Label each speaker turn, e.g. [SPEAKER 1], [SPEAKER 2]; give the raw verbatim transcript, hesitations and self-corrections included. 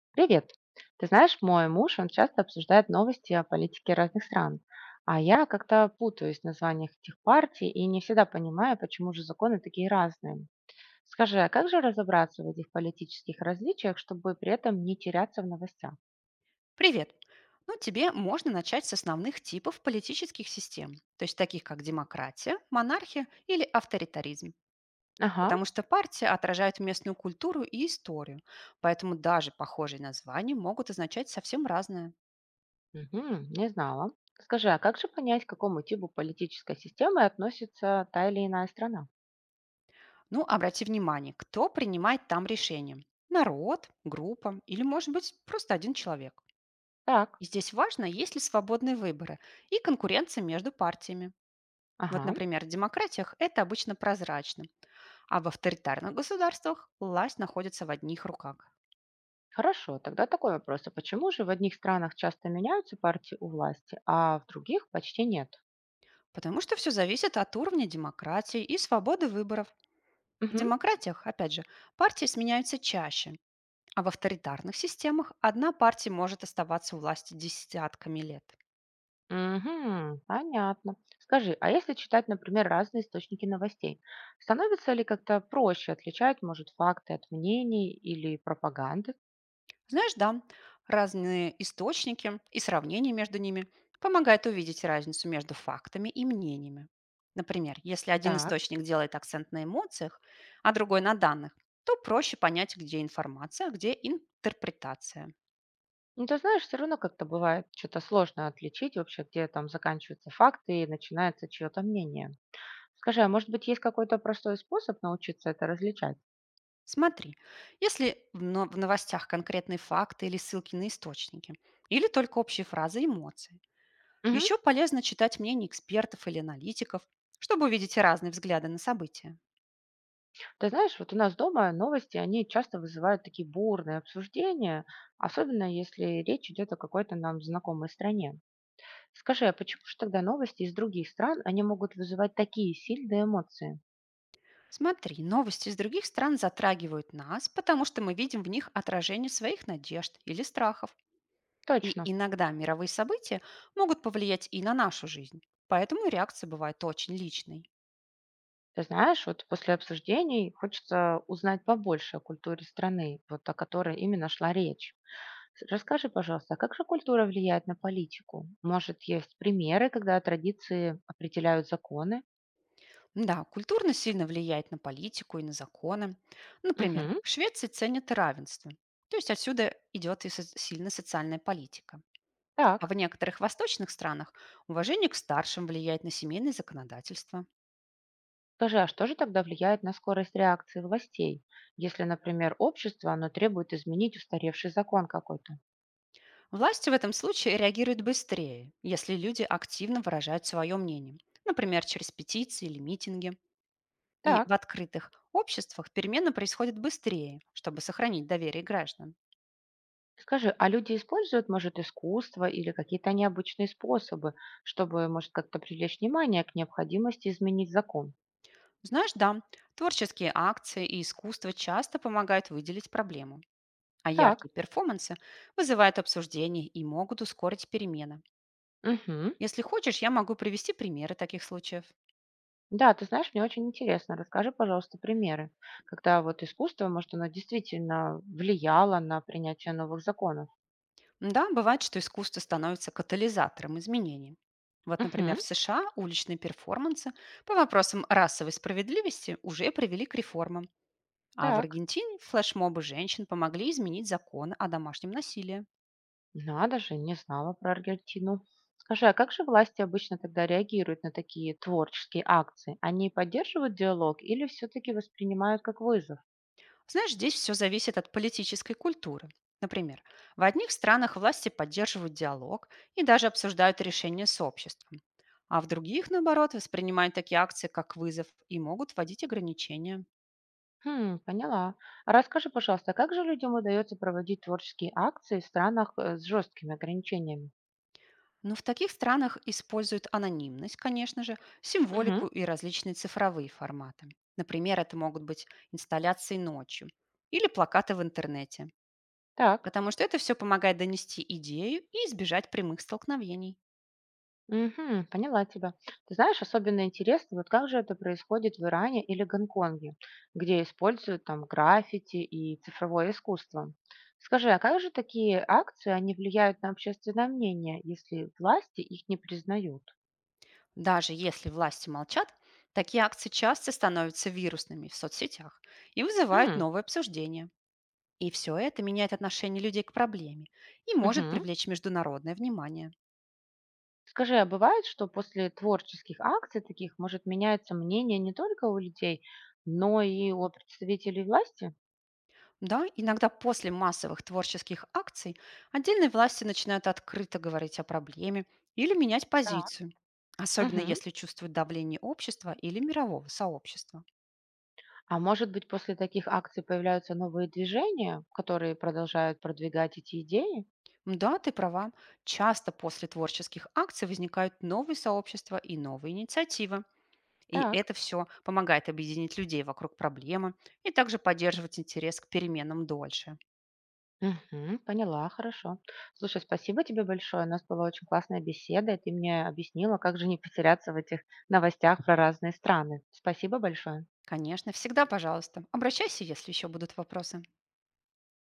[SPEAKER 1] Привет. Ты знаешь, мой муж, он часто обсуждает новости о политике разных стран, а я как-то путаюсь в названиях этих партий и не всегда понимаю, почему же законы такие разные. Скажи, а как же разобраться в этих политических различиях, чтобы при этом не теряться в новостях?
[SPEAKER 2] Привет! Ну, тебе можно начать с основных типов политических систем, то есть таких как демократия, монархия или авторитаризм,
[SPEAKER 1] Ага,
[SPEAKER 2] потому что партии отражают местную культуру и историю, поэтому даже похожие названия могут означать совсем разное.
[SPEAKER 1] мгм, не знала. Скажи, а как же понять, к какому типу политической системы относится та или иная страна?
[SPEAKER 2] Ну, обрати внимание, кто принимает там решения – народ, группа или, может быть, просто один человек.
[SPEAKER 1] Так,
[SPEAKER 2] И здесь важно, есть ли свободные выборы и конкуренция между партиями. Вот,
[SPEAKER 1] ага.
[SPEAKER 2] например, в демократиях это обычно прозрачно, а в авторитарных государствах власть находится в одних руках.
[SPEAKER 1] Хорошо, тогда такой вопрос. А почему же в одних странах часто меняются партии у власти, а в других почти нет?
[SPEAKER 2] Потому что все зависит от уровня демократии и свободы выборов. В
[SPEAKER 1] Мгм,
[SPEAKER 2] демократиях, опять же, партии сменяются чаще, а в авторитарных системах одна партия может оставаться у власти десятками лет.
[SPEAKER 1] мгм, понятно. Скажи, а если читать, например, разные источники новостей, становится ли как-то проще отличать, может, факты от мнений или пропаганды?
[SPEAKER 2] Знаешь, да, разные источники и сравнения между ними помогают увидеть разницу между фактами и мнениями. Например, если один
[SPEAKER 1] Так.
[SPEAKER 2] источник делает акцент на эмоциях, а другой на данных, то проще понять, где информация, а где интерпретация.
[SPEAKER 1] Ну, ты знаешь, все равно как-то бывает что-то сложно отличить вообще, где там заканчиваются факты и начинается чье-то мнение. Скажи, а может быть, есть какой-то простой способ научиться это различать?
[SPEAKER 2] Смотри, если в но- в новостях конкретные факты или ссылки на источники, или только общие фразы и эмоции.
[SPEAKER 1] Мгм.
[SPEAKER 2] Еще полезно читать мнения экспертов или аналитиков, чтобы увидеть разные взгляды на события.
[SPEAKER 1] Ты знаешь, вот у нас дома новости, они часто вызывают такие бурные обсуждения, особенно если речь идет о какой-то нам знакомой стране. Скажи, а почему же тогда новости из других стран, они могут вызывать такие сильные эмоции?
[SPEAKER 2] Смотри, новости из других стран затрагивают нас, потому что мы видим в них отражение своих надежд или страхов. И
[SPEAKER 1] Точно.
[SPEAKER 2] иногда мировые события могут повлиять и на нашу жизнь. Поэтому реакция бывает очень личной.
[SPEAKER 1] Ты знаешь, вот после обсуждений хочется узнать побольше о культуре страны, вот о которой именно шла речь. С- Расскажи, пожалуйста, а как же культура влияет на политику? Может, есть примеры, когда традиции определяют законы?
[SPEAKER 2] Да, культурно сильно влияет на политику и на законы. Например,
[SPEAKER 1] Угу,
[SPEAKER 2] в Швеции ценят равенство. То есть отсюда идет и со- сильно социальная политика. А
[SPEAKER 1] так.
[SPEAKER 2] в некоторых восточных странах уважение к старшим влияет на семейное законодательство.
[SPEAKER 1] Скажи, а что же тогда влияет на скорость реакции властей, если, например, общество, оно требует изменить устаревший закон какой-то?
[SPEAKER 2] Власти в этом случае реагируют быстрее, если люди активно выражают свое мнение, например, через петиции или митинги. И в
[SPEAKER 1] Так.
[SPEAKER 2] открытых обществах перемены происходят быстрее, чтобы сохранить доверие граждан.
[SPEAKER 1] Скажи, а люди используют, может, искусство или какие-то необычные способы, чтобы, может, как-то привлечь внимание к необходимости изменить закон?
[SPEAKER 2] Знаешь, да, творческие акции и искусство часто помогают выделить проблему, а
[SPEAKER 1] Так.
[SPEAKER 2] яркие перформансы вызывают обсуждение и могут ускорить перемены.
[SPEAKER 1] Угу.
[SPEAKER 2] Если хочешь, я могу привести примеры таких случаев.
[SPEAKER 1] Да, ты знаешь, мне очень интересно. Расскажи, пожалуйста, примеры, когда вот искусство, может, оно действительно влияло на принятие новых законов.
[SPEAKER 2] Да, бывает, что искусство становится катализатором изменений. Вот, например, в
[SPEAKER 1] Угу.
[SPEAKER 2] С Ш А уличные перформансы по вопросам расовой справедливости уже привели к реформам, а в
[SPEAKER 1] Так.
[SPEAKER 2] Аргентине флешмобы женщин помогли изменить законы о домашнем насилии.
[SPEAKER 1] Надо же, не знала про Аргентину. Скажи, а как же власти обычно тогда реагируют на такие творческие акции? Они поддерживают диалог или все-таки воспринимают как вызов?
[SPEAKER 2] Знаешь, здесь все зависит от политической культуры. Например, в одних странах власти поддерживают диалог и даже обсуждают решения с обществом, а в других, наоборот, воспринимают такие акции как вызов и могут вводить ограничения.
[SPEAKER 1] Хм, поняла. А расскажи, пожалуйста, как же людям удается проводить творческие акции в странах э, с жесткими ограничениями?
[SPEAKER 2] Но в таких странах используют анонимность, конечно же,
[SPEAKER 1] Угу,
[SPEAKER 2] символику и различные цифровые форматы. Например, это могут быть инсталляции ночью или плакаты в интернете,
[SPEAKER 1] так.
[SPEAKER 2] потому что это все помогает донести идею и избежать прямых столкновений.
[SPEAKER 1] Мгм. Поняла тебя. Ты знаешь, особенно интересно, вот как же это происходит в Иране или Гонконге, где используют там граффити и цифровое искусство. Скажи, а как же такие акции, они влияют на общественное мнение, если власти их не признают?
[SPEAKER 2] Даже если власти молчат, такие акции часто становятся вирусными в соцсетях и вызывают
[SPEAKER 1] Хм,
[SPEAKER 2] новые обсуждения. И все это меняет отношение людей к проблеме и может
[SPEAKER 1] мгм.
[SPEAKER 2] привлечь международное внимание.
[SPEAKER 1] Скажи, а бывает, что после творческих акций таких может меняется мнение не только у людей, но и у представителей власти?
[SPEAKER 2] Да, иногда после массовых творческих акций отдельные власти начинают открыто говорить о проблеме или менять
[SPEAKER 1] Так.
[SPEAKER 2] позицию, особенно
[SPEAKER 1] Мгм.
[SPEAKER 2] если чувствуют давление общества или мирового сообщества.
[SPEAKER 1] А может быть, после таких акций появляются новые движения, которые продолжают продвигать эти идеи?
[SPEAKER 2] М, Да, ты права, часто после творческих акций возникают новые сообщества и новые инициативы. И
[SPEAKER 1] Так.
[SPEAKER 2] это все помогает объединить людей вокруг проблемы и также поддерживать интерес к переменам дольше.
[SPEAKER 1] Мгм, поняла, хорошо. Слушай, спасибо тебе большое. У нас была очень классная беседа, и ты мне объяснила, как же не потеряться в этих новостях про разные страны. Спасибо большое.
[SPEAKER 2] Конечно, всегда, пожалуйста, обращайся, если еще будут вопросы.